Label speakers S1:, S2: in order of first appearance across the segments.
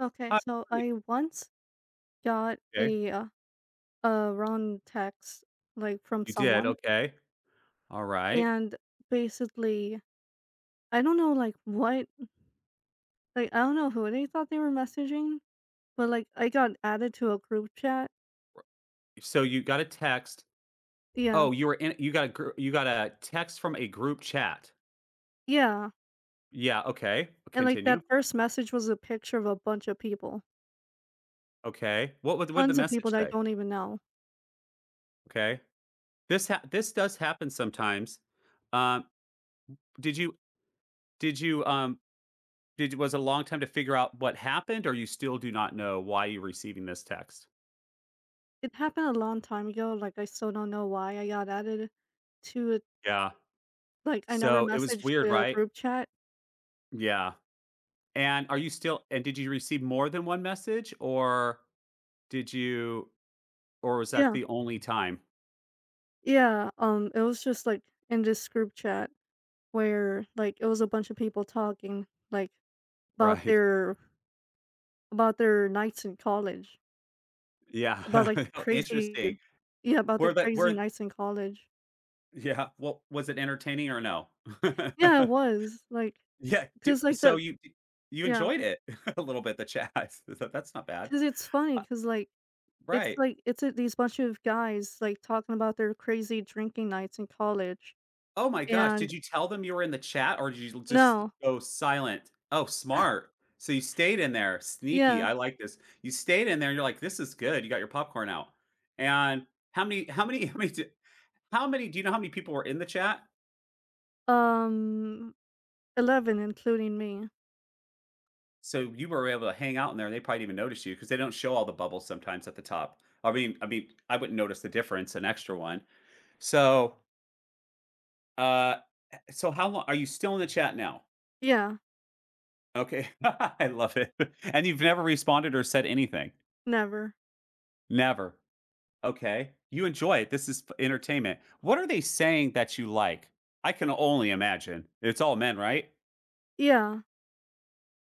S1: Okay,
S2: Hi, how
S1: so
S2: are you?
S1: I once got
S2: Okay.
S1: a wrong text like from
S2: You did,
S1: someone,
S2: okay. All right.
S1: and basically I don't know like I don't know who they thought they were messaging, but like I got added to a group chat.
S2: So you got a text.
S1: Yeah,
S2: Oh, you were in you got a gr you got a text from a group chat.
S1: yeah,
S2: Yeah, okay.
S1: and like
S2: Continue.
S1: that first message was a picture of a bunch of people,
S2: Okay. What did the
S1: tons of
S2: message
S1: people that I
S2: say?
S1: don't even know.
S2: Okay. This does happen sometimes. Um, did you did you, did was it a long time to figure out what happened, or you still do not know why you're receiving this text?
S1: It happened a long time ago. Like I still don't know why I got added to it.
S2: Yeah.
S1: Like I never
S2: So it was
S1: messaged
S2: weird,
S1: the
S2: right?
S1: group chat.
S2: Yeah. And are you still and did you receive more than one message or Did you or was that
S1: Yeah.
S2: the only time?
S1: Yeah, it was just, like, in this group chat where, like, it was a bunch of people talking, like, about
S2: Right.
S1: their about their nights in college,
S2: Yeah.
S1: about, like,
S2: How interesting.
S1: about the
S2: Were that
S1: crazy
S2: were
S1: nights in college.
S2: yeah, well, was it entertaining or no?
S1: Yeah, it was, like,
S2: Yeah, do
S1: cause like,
S2: so
S1: that.
S2: you
S1: Yeah,
S2: enjoyed it a little bit, the chat. Tha that's not bad.
S1: cause it's
S2: Uh,
S1: funny, cause like,
S2: right.
S1: it's, these bunch of guys, like, talking about their crazy drinking nights in college,
S2: Oh my gosh,
S1: and
S2: did you tell them you were in the chat or did you just
S1: no.
S2: go silent? Oh, smart. So you stayed in there, sneaky,
S1: Yeah.
S2: I like this. You stayed in there, you're like, "This is good." You got your popcorn out. And how many how many How many do you know how many people were in the chat?
S1: Um, 11 including me.
S2: So you were able to hang out in there and they probably didn't even notice you because they don't show all the bubbles sometimes at the top. I mean, I wouldn't notice the difference, an extra one. So, uh, so how long are you still in the chat now?
S1: Yeah.
S2: Okay. I love it. And you've never responded or said anything.
S1: Never.
S2: Never. Okay. You enjoy it. This is f- entertainment. What are they saying that you like? I can only imagine. It's all men, right?
S1: Yeah,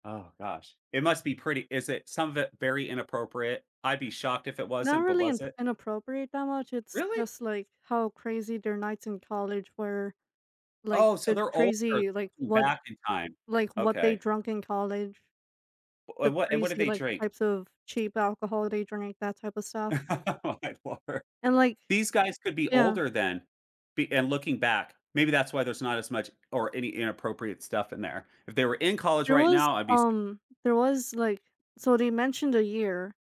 S2: Oh gosh. It must be pretty is it some of it very inappropriate? I'd be shocked if it
S1: not
S2: wasn't, but
S1: really in
S2: was it?
S1: inappropriate that much, it's
S2: Really?
S1: just, like, how crazy their nights in college were, like,
S2: Oh, so
S1: the
S2: they're older,
S1: crazy, like,
S2: looking
S1: what
S2: back in time.
S1: like, what they
S2: Okay.
S1: drunk in college,
S2: W
S1: the
S2: and what did
S1: crazy,
S2: they
S1: like,
S2: drink?
S1: types of cheap alcohol they drank, that type of stuff,
S2: Oh my lord.
S1: and, like
S2: These guys could be
S1: Yeah,
S2: older then, be and looking back, maybe that's why there's not as much or any inappropriate stuff in there. If they were in college
S1: there
S2: right
S1: was,
S2: now, I'd be s
S1: um there was, like so they mentioned a year,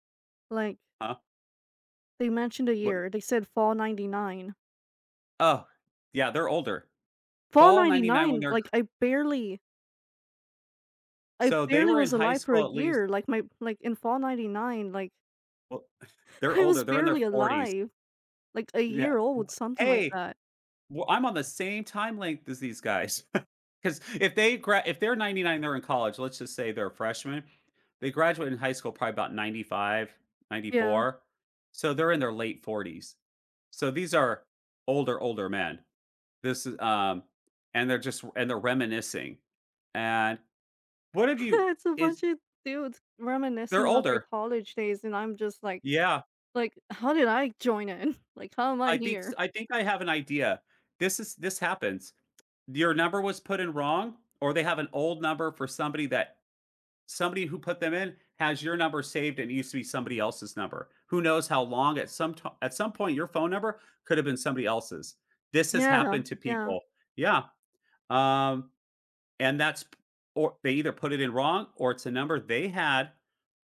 S1: like,
S2: huh?
S1: they mentioned a
S2: What
S1: year, they said fall '99.
S2: oh, yeah, they're older.
S1: Fall
S2: Fall '99 when
S1: '99,
S2: they're
S1: like, I
S2: so they
S1: barely
S2: were in
S1: was
S2: high
S1: alive for a
S2: school at least
S1: year, like, in fall '99, like
S2: well, they're
S1: I
S2: older,
S1: was
S2: they're in their
S1: barely
S2: 40s.
S1: alive, like a
S2: Yeah.
S1: year
S2: W
S1: old, something like
S2: Hey,
S1: that.
S2: well, I'm on the same time length as these guys because if they gra if they're 99, they're in college, let's just say they're freshmen. They graduate in high school probably about 95,
S1: Yeah.
S2: 94, so they're in their late 40s. So these are older, older men. This is, and they're just and they're reminiscing. And what have you
S1: It's a
S2: is
S1: bunch of dudes
S2: they're
S1: reminiscing about their
S2: older.
S1: college days, and I'm just
S2: Yeah,
S1: like, "How did I join in? Like, how am I
S2: I think s
S1: here?"
S2: I think I have an idea. This is this happens. Your number was put in wrong, or they have an old number for somebody that somebody who put them in has your number saved and it used to be somebody else's number. Who knows how long at some t- at some point your phone number could have been somebody else's. This has
S1: Yeah,
S2: happened to
S1: yeah,
S2: people. Yeah. Um and that's or they either put it in wrong or it's a number they had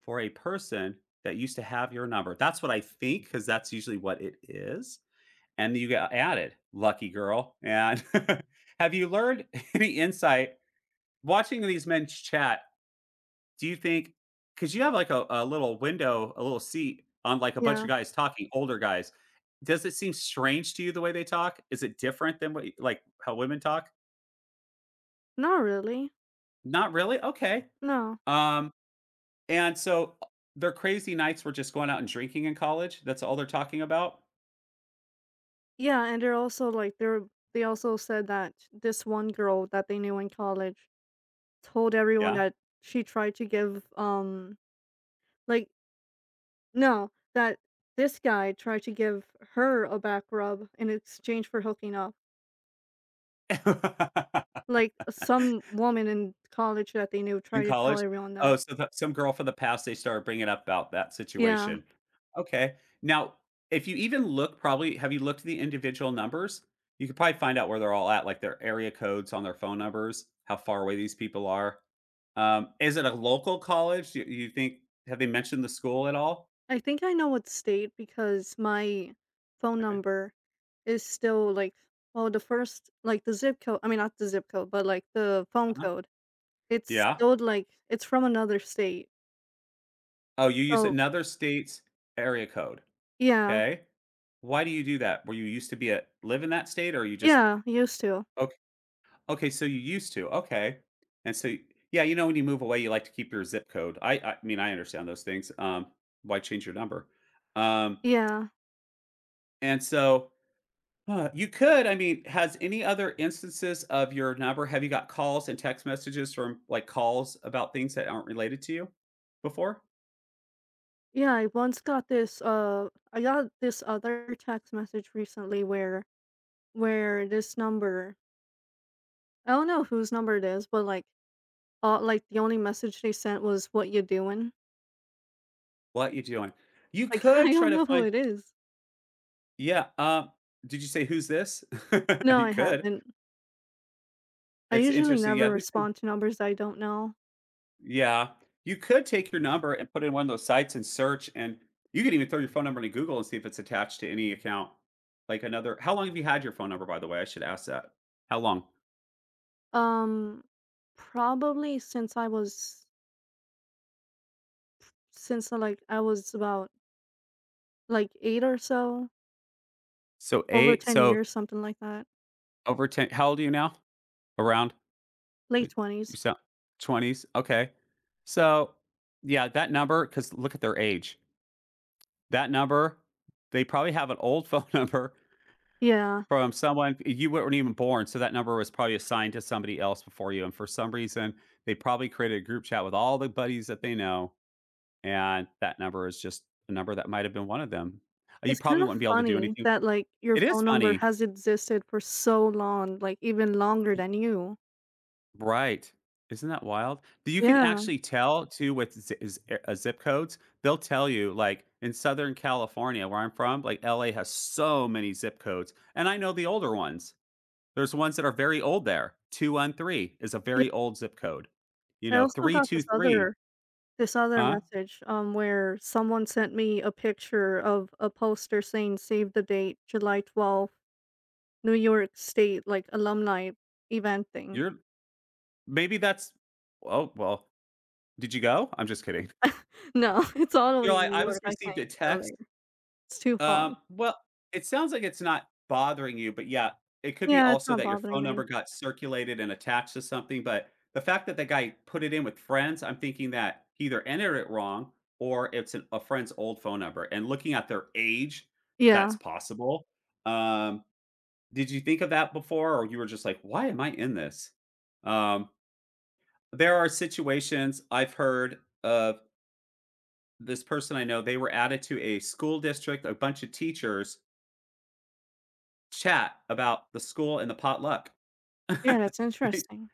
S2: for a person that used to have your number. That's what I think cuz that's usually what it is and you got added, lucky girl. And have you learned any insight watching these men chat? Do you think because you have like a little window, a little seat on like a bunch of
S1: yeah.
S2: guys talking, older guys? Does it seem strange to you the way they talk? Is it different than what like how women talk?
S1: Not really,
S2: Not really. Okay.
S1: no.
S2: Um, and so their crazy nights were just going out and drinking in college. That's all they're talking about.
S1: Yeah, and they're also they also said that this one girl that they knew in college told everyone
S2: Yeah.
S1: that she tried to give, like no, that this guy tried to give her a back rub in exchange for hooking up. Like, some woman in college that they knew
S2: In
S1: tried to tell
S2: college?
S1: everyone that.
S2: Oh, so the some girl from the past, they started bringing up about that
S1: Yeah.
S2: situation. Okay. Now, if you even look probably have you looked at the individual numbers? You could probably find out where they're all at, like their area codes on their phone numbers, how far away these people are. Is it a local college? You think have they mentioned the school at all?
S1: I think I know what state because my phone
S2: Okay.
S1: number is still, like well, the first like, the zip code I mean, not the zip code, but, like, the phone
S2: Uh-huh.
S1: code. It's
S2: Yeah.
S1: still, like it's from another state.
S2: Oh, you use
S1: So
S2: another state's area code.
S1: yeah.
S2: Okay. Why do you do that? Were you used to be a live in that state or you just
S1: Yeah, used to.
S2: Okay, so you used to, okay. And so yeah, you know, when you move away, you like to keep your zip code. I mean, I understand those things. Why change your number? Um,
S1: Yeah.
S2: and so you could, I mean, has any other instances of your number, have you got calls and text messages from like calls about things that aren't related to you before?
S1: Yeah, I once got this I got this other text message recently where this number I don't know whose number it is, but like the only message they sent was what you doing?
S2: What you doing? You
S1: Like
S2: could
S1: I
S2: try
S1: don't
S2: to
S1: know who
S2: find,
S1: it is.
S2: yeah. Did you say who's this?
S1: No,
S2: you
S1: I
S2: could.
S1: haven't. I
S2: It's
S1: usually
S2: interesting. Yeah,
S1: never
S2: these things.
S1: respond to numbers I don't know.
S2: Yeah. You could take your number and put it in one of those sites and search, and you could even throw your phone number into Google and see if it's attached to any account. Like another how long have you had your phone number, by the way? I should ask that. How long?
S1: Um probably since I was since like I was about like 8 or so,
S2: So,
S1: over
S2: 8
S1: 10
S2: so
S1: years, something like that.
S2: over 10 how old are you now? Around,
S1: Late
S2: like, you
S1: 20s.
S2: sound 20s? Okay. So, yeah, that number because look at their age. That number, they probably have an old phone number
S1: Yeah.
S2: from someone you weren't even born, so that number was probably assigned to somebody else before you, and for some reason, they probably created a group chat with all the buddies that they know, and that number is just a number that might have been one of them. You
S1: It's kind
S2: probably
S1: of
S2: wouldn't be able to do
S1: funny
S2: anything
S1: that, like, your
S2: It is
S1: phone number
S2: funny.
S1: has existed for so long, like, even longer
S2: Y
S1: than you.
S2: Right. Isn't that wild? Do you can
S1: Yeah.
S2: actually tell too with zi is zip codes, they'll tell you, like, in Southern California, where I'm from, like, LA has so many zip codes, and I know the older ones. There's ones that are very old there. 213 is a
S1: Yeah.
S2: very old zip code. You
S1: I
S2: know,
S1: also got
S2: 323
S1: this other
S2: huh?
S1: message, where someone sent me a picture of a poster saying, "Save the date, July 12, New York State," like, alumni event thing.
S2: You're maybe that's oh, well, did you go? I'm just kidding.
S1: No, it's all the
S2: You know,
S1: way
S2: I
S1: in New
S2: I was
S1: York, I can't
S2: received a
S1: go
S2: text,
S1: there. It's too far.
S2: well, it sounds like it's not bothering you, but yeah, it could be
S1: Yeah, it's
S2: also
S1: not
S2: that your
S1: bothering
S2: phone number
S1: me.
S2: got circulated and attached to something, but the fact that the guy put it in with friends, I'm thinking that he either entered it wrong or it's an a friend's old phone number, and looking at their age, that's
S1: Yeah.
S2: possible. Um, Did you think of that before, or you were just like, "Why am I in this?" Um, there are situations I've heard of this person I know, they were added to a school district, a bunch of teachers chat about the school and the potluck.
S1: Yeah, that's
S2: They
S1: interesting.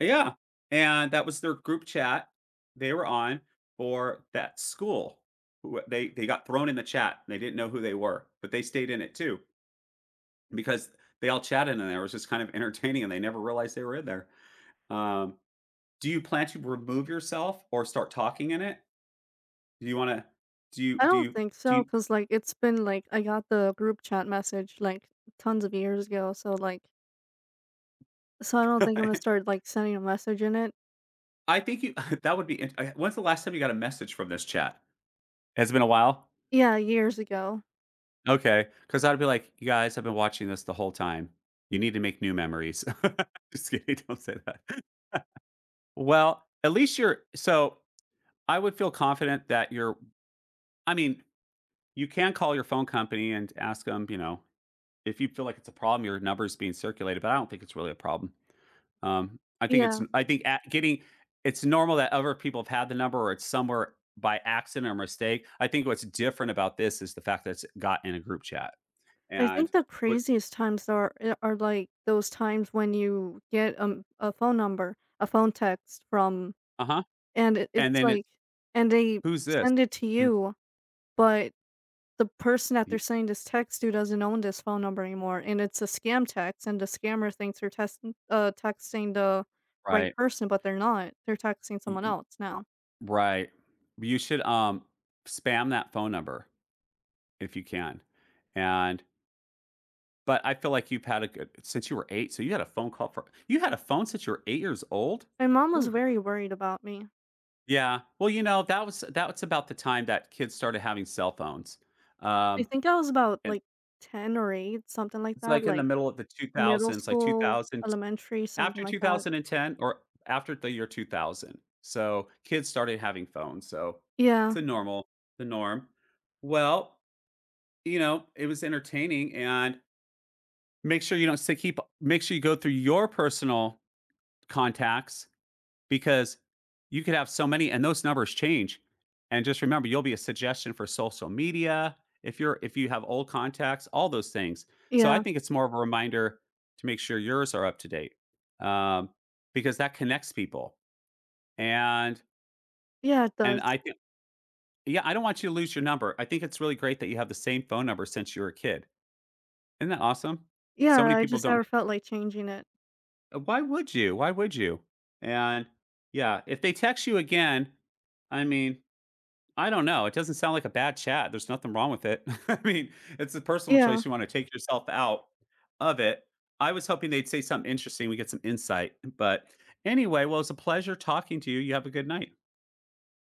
S2: yeah, and that was their group chat they were on for that school. Who they got thrown in the chat, they didn't know who they were, but they stayed in it too because they all chatted in there, it was just kind of entertaining, and they never realized they were in there. Um Do you plan to remove yourself or start talking in it? Do you wanna do you
S1: I
S2: do
S1: don't
S2: you
S1: think
S2: do
S1: so,
S2: you
S1: cause like, it's been, like I got the group chat message, like, tons of years ago, so, like so I don't think I'm gonna start, like, sending a message in it.
S2: I think you that would be int I when's the last time you got a message from this chat? Has it been a while?
S1: Yeah, years ago.
S2: Okay, because 'cause I'd be like, "You guys have been watching this the whole time. You need to make new memories." Just kidding, don't say that. Well, at least you're so I would feel confident that you're I mean, you can call your phone company and ask them. You know, if you feel like it's a problem, your number's being circulated, but I don't think it's really a problem. I think
S1: Yeah.
S2: it's I think a getting it's normal that other people have had the number or it's somewhere by accident or mistake. I think what's different about this is the fact that it's got in a group chat
S1: I
S2: and
S1: think the
S2: what
S1: craziest times are eh, are, like, those times when you get, a phone number, a phone text from
S2: Uh-huh,
S1: and it
S2: and
S1: it's,
S2: then it
S1: like and they
S2: "Who's this?"
S1: send it to
S2: Hmm,
S1: you, but the person that they're
S2: y
S1: sending this text to doesn't own this phone number anymore, and it's a scam text, and the scammer thinks they're texting the right
S2: right,
S1: person, but they're not. They're texting
S2: y
S1: someone else now.
S2: right. You should, spam that phone number if you can, and but I feel like you've had a good since you were 8, so you had a phone call for you had a phone since you were 8 years old?
S1: My mom was
S2: Ooh.
S1: very worried about me.
S2: Yeah. Well, you know, that was about the time that kids started having cell phones.
S1: I
S2: Um,
S1: think I was about
S2: and
S1: like 10 or 8, something like
S2: it's
S1: that,
S2: like in the
S1: like
S2: middle of the
S1: middle
S2: 2000s, like
S1: school,
S2: 2000
S1: elementary, something
S2: after
S1: like that.
S2: 2010 or after the year 2000. So kids started having phones. So it's
S1: Yeah,
S2: a normal, the norm. Well, you know, it was entertaining and make sure you don't say keep make sure you go through your personal contacts because you could have so many and those numbers change. And just remember, you'll be a suggestion for social media if you're if you have old contacts, all those things. So I
S1: yeah,
S2: think it's more of a reminder to make sure yours are up to date. Um, because that connects people. And
S1: yeah, it
S2: and
S1: does.
S2: I think yeah, I don't want you to lose your number. I think it's really great that you have the same phone number since you were a kid. Isn't that awesome? So
S1: Yeah,
S2: many
S1: I
S2: people
S1: just
S2: don't
S1: never felt like changing it.
S2: Why would you? Why would you? And yeah, if they text you again, I mean, I don't know. It doesn't sound like a bad chat. There's nothing wrong with it. I mean, it's a personal
S1: Yeah.
S2: choice. You want to take yourself out of it. I was hoping they'd say something interesting. We get some insight. But anyway, well, it's a pleasure talking to you. You have a good night.